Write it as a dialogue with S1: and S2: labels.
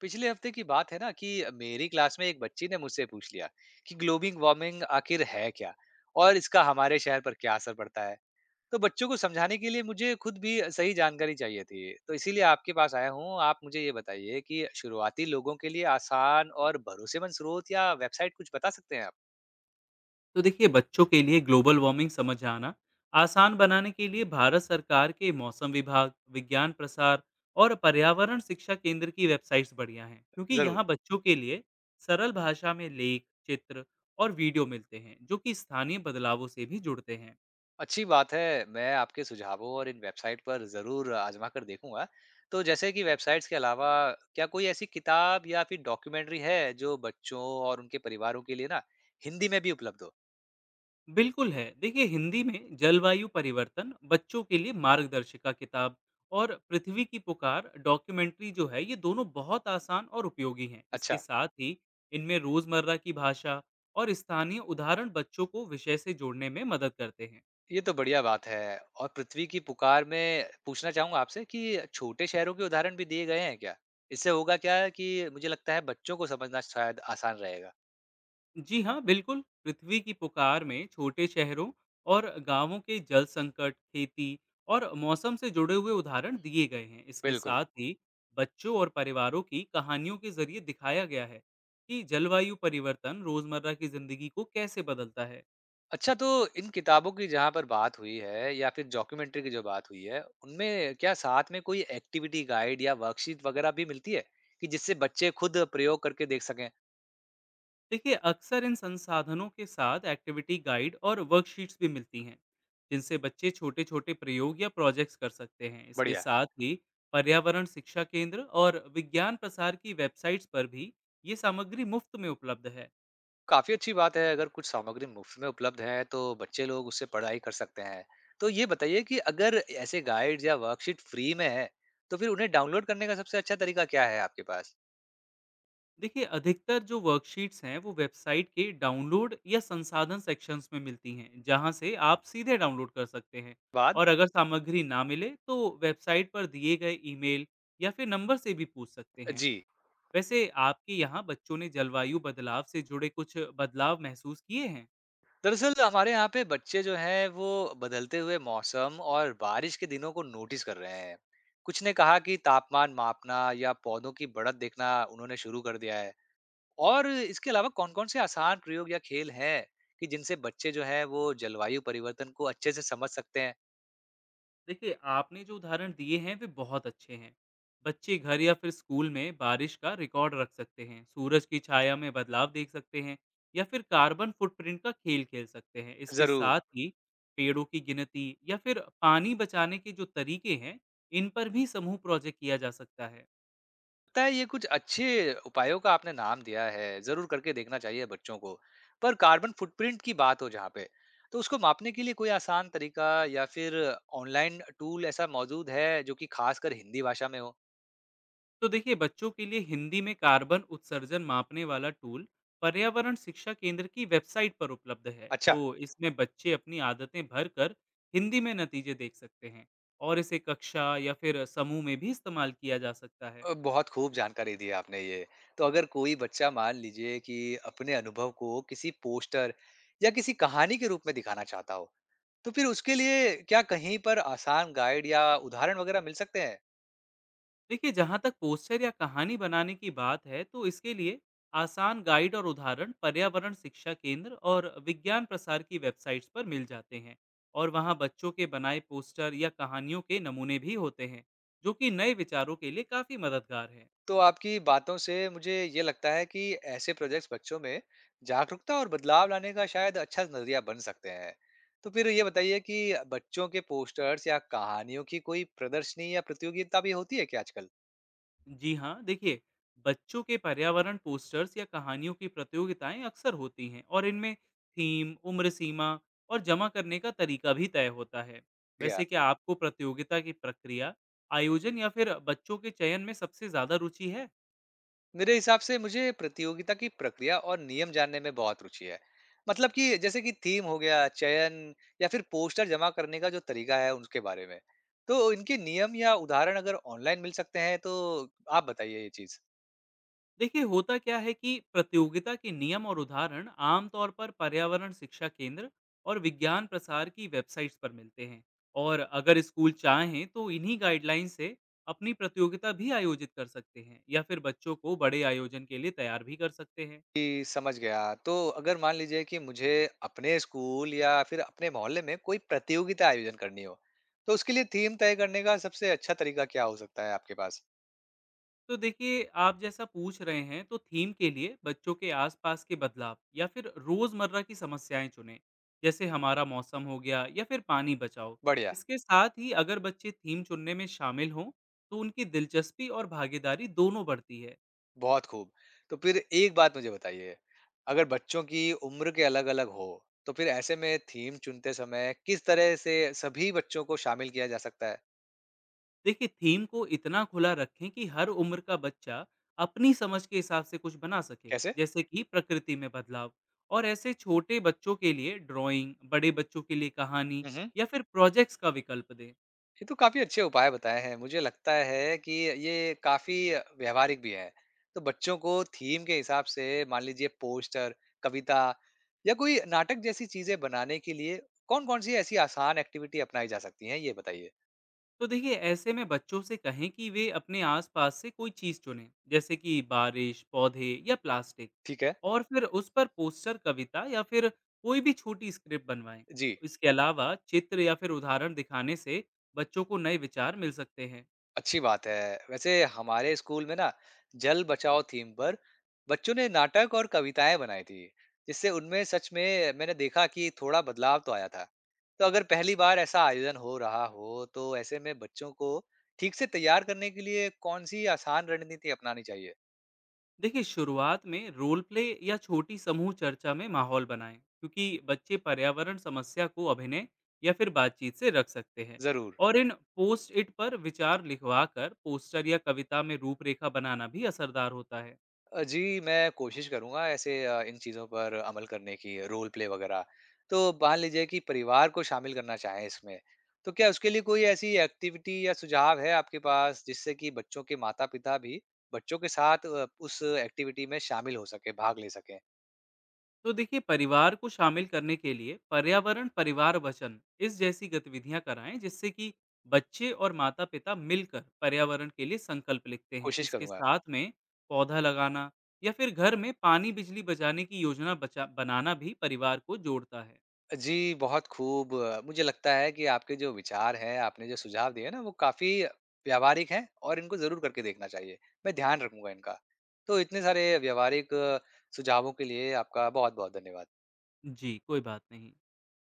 S1: पिछले हफ्ते की बात है ना कि मेरी क्लास में एक बच्ची ने मुझसे पूछ लिया कि ग्लोबल वार्मिंग आखिर है क्या, और इसका हमारे शहर पर क्या असर पड़ता है। तो बच्चों को समझाने के लिए मुझे खुद भी सही जानकारी चाहिए थी, तो इसीलिए आपके पास आया हूँ। आप मुझे ये बताइए कि शुरुआती लोगों के लिए आसान और भरोसेमंद स्रोत या वेबसाइट कुछ बता सकते हैं आप?
S2: तो देखिए, बच्चों के लिए ग्लोबल वार्मिंग समझ आना आसान बनाने के लिए भारत सरकार के मौसम विभाग, विज्ञान प्रसार और पर्यावरण शिक्षा केंद्र की वेबसाइट्स बढ़िया हैं, क्योंकि
S1: जरूर।
S2: यहाँ बच्चों के लिए सरल भाषा में लेख, चित्र और वीडियो मिलते हैं जो कि स्थानीय बदलावों से भी जुड़ते हैं।
S1: अच्छी बात है। मैं आपके सुझावों और इन वेबसाइट पर ज़रूर आज़मा कर देखूँगा। तो जैसे कि वेबसाइट्स के अलावा क्या कोई ऐसी किताब या फिर डॉक्यूमेंट्री है जो बच्चों और उनके परिवारों के लिए ना हिंदी में भी उपलब्ध हो?
S2: बिल्कुल है। देखिए, हिंदी में जलवायु परिवर्तन, बच्चों के लिए मार्गदर्शिका किताब और पृथ्वी की पुकार डॉक्यूमेंट्री जो है, ये दोनों बहुत आसान और उपयोगी हैं। इसके
S1: अच्छा,
S2: साथ ही इनमें रोज़मर्रा की भाषा और स्थानीय उदाहरण बच्चों को विषय से जोड़ने में मदद करते हैं।
S1: ये तो बढ़िया बात है। और पृथ्वी की पुकार में पूछना चाहूँगा आपसे कि छोटे शहरों के उदाहरण भी दिए गए हैं क्या? इससे होगा क्या कि मुझे लगता है बच्चों को समझना शायद आसान रहेगा।
S2: जी हाँ, बिल्कुल। पृथ्वी की पुकार में छोटे शहरों और गांवों के जल संकट, खेती और मौसम से जुड़े हुए उदाहरण दिए गए हैं। इसके
S1: बिल्कुल।
S2: साथ ही बच्चों और परिवारों की कहानियों के जरिए दिखाया गया है कि जलवायु परिवर्तन रोजमर्रा की जिंदगी को कैसे बदलता है।
S1: अच्छा, तो इन किताबों की जहाँ पर बात हुई है या फिर डॉक्यूमेंट्री की जो बात हुई है, उनमें क्या साथ में कोई एक्टिविटी गाइड या वर्कशीट वगैरह भी मिलती है, कि जिससे बच्चे खुद प्रयोग करके देख सकें?
S2: देखिए, अक्सर इन संसाधनों के साथ एक्टिविटी गाइड और वर्कशीट्स भी मिलती हैं, जिनसे बच्चे छोटे छोटे प्रयोग या प्रोजेक्ट्स कर सकते हैं। इसके
S1: बढ़िया।
S2: साथ ही पर्यावरण शिक्षा केंद्र और विज्ञान प्रसार की वेबसाइट्स पर भी ये सामग्री मुफ्त में उपलब्ध है।
S1: काफ़ी अच्छी बात है, अगर कुछ सामग्री मुफ़्त में उपलब्ध है, तो बच्चे लोग उससे पढ़ाई कर सकते हैं। तो ये बताइए कि अगर ऐसे गाइड्स या वर्कशीट फ्री में है, तो फिर उन्हें डाउनलोड करने का सबसे अच्छा तरीका क्या है आपके पास?
S2: देखिए, अधिकतर जो वर्कशीट्स हैं वो वेबसाइट के डाउनलोड या संसाधन सेक्शंस में मिलती हैं, जहां से आप सीधे डाउनलोड कर सकते हैं।
S1: बाद।
S2: और अगर सामग्री ना मिले तो वेबसाइट पर दिए गए ईमेल या फिर नंबर से भी पूछ सकते हैं।
S1: जी।
S2: वैसे, आपके यहाँ बच्चों ने जलवायु बदलाव से जुड़े कुछ बदलाव महसूस किए हैं?
S1: दरअसल हमारे यहाँ पे बच्चे जो हैं वो बदलते हुए मौसम और बारिश के दिनों को नोटिस कर रहे हैं। कुछ ने कहा कि तापमान मापना या पौधों की बढ़त देखना उन्होंने शुरू कर दिया है। और इसके अलावा कौन कौन से आसान प्रयोग या खेल हैं कि जिनसे बच्चे जो हैं वो जलवायु परिवर्तन को अच्छे से समझ सकते हैं?
S2: देखिए, आपने जो उदाहरण दिए हैं वे बहुत अच्छे हैं। बच्चे घर या फिर स्कूल में बारिश का रिकॉर्ड रख सकते हैं, सूरज की छाया में बदलाव देख सकते हैं या फिर कार्बन फुटप्रिंट का खेल खेल सकते हैं। इसके
S1: जरूर।
S2: साथ ही पेड़ों की गिनती या फिर पानी बचाने के जो तरीके हैं, इन पर भी समूह प्रोजेक्ट किया जा सकता है।
S1: लगता है ये कुछ अच्छे उपायों का आपने नाम दिया है, जरूर करके देखना चाहिए बच्चों को। पर कार्बन फुटप्रिंट की बात हो जहाँ पे, तो उसको मापने के लिए कोई आसान तरीका या फिर ऑनलाइन टूल ऐसा मौजूद है जो कि खासकर हिंदी भाषा में हो?
S2: तो देखिए, बच्चों के लिए हिंदी में कार्बन उत्सर्जन मापने वाला टूल पर्यावरण शिक्षा केंद्र की वेबसाइट पर उपलब्ध है।
S1: अच्छा।
S2: तो इसमें बच्चे अपनी आदतें भरकर हिंदी में नतीजे देख सकते हैं और इसे कक्षा या फिर समूह में भी इस्तेमाल किया जा सकता है।
S1: बहुत खूब जानकारी दी है आपने ये। तो अगर कोई बच्चा मान लीजिए कि अपने अनुभव को किसी पोस्टर या किसी कहानी के रूप में दिखाना चाहता हो, तो फिर उसके लिए क्या कहीं पर आसान गाइड या उदाहरण वगैरह मिल सकते हैं?
S2: देखिए, जहाँ तक पोस्टर या कहानी बनाने की बात है तो इसके लिए आसान गाइड और उदाहरण पर्यावरण शिक्षा केंद्र और विज्ञान प्रसार की वेबसाइट्स पर मिल जाते हैं। और वहाँ बच्चों के बनाए पोस्टर या कहानियों के नमूने भी होते हैं, जो कि नए विचारों के लिए काफ़ी मददगार है
S1: तो आपकी बातों से मुझे ये लगता है कि ऐसे प्रोजेक्ट्स बच्चों में जागरूकता और बदलाव लाने का शायद अच्छा नजरिया बन सकते हैं। तो फिर ये बताइए कि बच्चों के पोस्टर्स या कहानियों की कोई प्रदर्शनी या प्रतियोगिता भी होती है क्या आजकल?
S2: जी हाँ, देखिए, बच्चों के पर्यावरण पोस्टर्स या कहानियों की प्रतियोगिताएं अक्सर होती हैं और इनमें थीम, उम्र सीमा और जमा करने का तरीका भी तय होता है।
S1: क्या?
S2: वैसे, क्या आपको प्रतियोगिता की प्रक्रिया, आयोजन या फिर बच्चों के चयन में सबसे ज्यादा रुचि है?
S1: मेरे हिसाब से मुझे प्रतियोगिता की प्रक्रिया और नियम जानने में बहुत रुचि है। मतलब कि जैसे कि थीम हो गया, चयन या फिर पोस्टर जमा करने का जो तरीका है उसके बारे में। तो इनके नियम या उदाहरण अगर ऑनलाइन मिल सकते हैं तो आप बताइए ये चीज।
S2: देखिए, होता क्या है कि प्रतियोगिता के नियम और उदाहरण आमतौर पर पर्यावरण शिक्षा केंद्र और विज्ञान प्रसार की वेबसाइट्स पर मिलते हैं। और अगर स्कूल चाहें तो इन्हीं गाइडलाइन से अपनी प्रतियोगिता भी आयोजित कर सकते हैं या फिर बच्चों को बड़े आयोजन के लिए तैयार भी कर सकते हैं।
S1: जी, समझ गया। तो अगर मान लीजिए कि मुझे अपने स्कूल या फिर अपने मोहल्ले में कोई प्रतियोगिता आयोजन करनी हो, तो उसके लिए थीम तय करने का सबसे अच्छा तरीका क्या हो सकता है आपके पास?
S2: तो देखिए, आप जैसा पूछ रहे हैं, तो थीम के लिए बच्चों के आसपास के बदलाव या फिर रोजमर्रा की समस्याएं चुनें, जैसे हमारा मौसम हो गया या फिर पानी बचाओ।
S1: बढ़िया।
S2: इसके साथ ही अगर बच्चे थीम चुनने में शामिल हों तो उनकी दिलचस्पी और भागीदारी दोनों बढ़ती है।
S1: बहुत खूब। तो फिर एक बात मुझे बताइए, अगर बच्चों की उम्र के अलग-अलग हो, तो फिर ऐसे में थीम चुनते समय किस तरह से सभी बच्चों को शामिल किया जा सकता है?
S2: देखिए, थीम को इतना खुला रखें कि हर उम्र का बच्चा अपनी समझ के हिसाब से कुछ बना सके,
S1: कैसे?
S2: जैसे कि प्रकृति में बदलाव। और ऐसे छोटे बच्चों के लिए ड्राइंग, बड़े बच्चों के लिए कहानी
S1: मम्।
S2: या फिर प्रोजेक्ट्स का विकल्प दें।
S1: ये तो काफी अच्छे उपाय बताए हैं। मुझे लगता है कि ये काफी व्यावहारिक भी है। तो बच्चों को थीम के हिसाब से मान लीजिए पोस्टर, कविता या कोई नाटक जैसी चीजें बनाने के लिए कौन-कौन सी ऐसी आसान एक्टिविटी अपनाई जा सकती हैं? ये बताइए।
S2: तो देखिए, ऐसे में बच्चों से कहें कि वे अपने आसपास से कोई चीज़ चुनें, जैसे कि बारिश, पौधे या प्लास्टिक।
S1: ठीक है।
S2: और फिर उस पर पोस्टर, कविता या फिर कोई भी छोटी स्क्रिप्ट बनवाएं।
S1: जी।
S2: इसके अलावा चित्र या फिर उदाहरण दिखाने से बच्चों को नए विचार मिल सकते हैं।
S1: अच्छी बात है। वैसे हमारे स्कूल में ना जल बचाओ थीम पर बच्चों ने नाटक और कविताएं बनाई थी, जिससे उनमें सच में मैंने देखा कि थोड़ा बदलाव तो आया था। तो अगर पहली बार ऐसा आयोजन हो रहा हो तो ऐसे में बच्चों को ठीक से तैयार करने के लिए कौन सी आसान रणनीति अपनानी चाहिए?
S2: देखिए, शुरुआत में रोल प्ले या छोटी समूह चर्चा में माहौल बनाएं, क्योंकि बच्चे पर्यावरण समस्या को अभिनय या फिर बातचीत से रख सकते हैं।
S1: जरूर।
S2: और इन पोस्ट इट पर विचार लिखवा कर पोस्टर या कविता में रूपरेखा बनाना भी असरदार होता है।
S1: जी, मैं कोशिश करूँगा ऐसे इन चीज़ों पर अमल करने की, रोल प्ले वगैरह। तो मान लीजिए कि परिवार को शामिल करना चाहें इसमें, तो क्या उसके लिए कोई ऐसी एक्टिविटी या सुझाव है आपके पास, जिससे कि बच्चों के माता-पिता भी बच्चों के साथ उस एक्टिविटी में शामिल हो सकें, भाग ले सकें?
S2: तो देखिए, परिवार को शामिल करने के लिए पर्यावरण परिवार वचन, इस जैसी गतिविधियां कराएं, जिससे कि बच्चे और माता पिता मिलकर पर्यावरण के लिए संकल्प लिखते हैं।
S1: कोशिश
S2: इसके
S1: करूँगा।
S2: साथ में पौधा लगाना या फिर घर में पानी बिजली बचाने की योजना बचा बनाना भी परिवार को जोड़ता है।
S1: जी, बहुत खूब। मुझे लगता है कि आपके जो विचार हैं, आपने जो सुझाव दिए ना, वो काफ़ी व्यावहारिक हैं और इनको ज़रूर करके देखना चाहिए। मैं ध्यान रखूँगा इनका। तो इतने सारे व्यावहारिक सुझावों के लिए आपका बहुत-बहुत धन्यवाद।
S2: जी, कोई बात नहीं।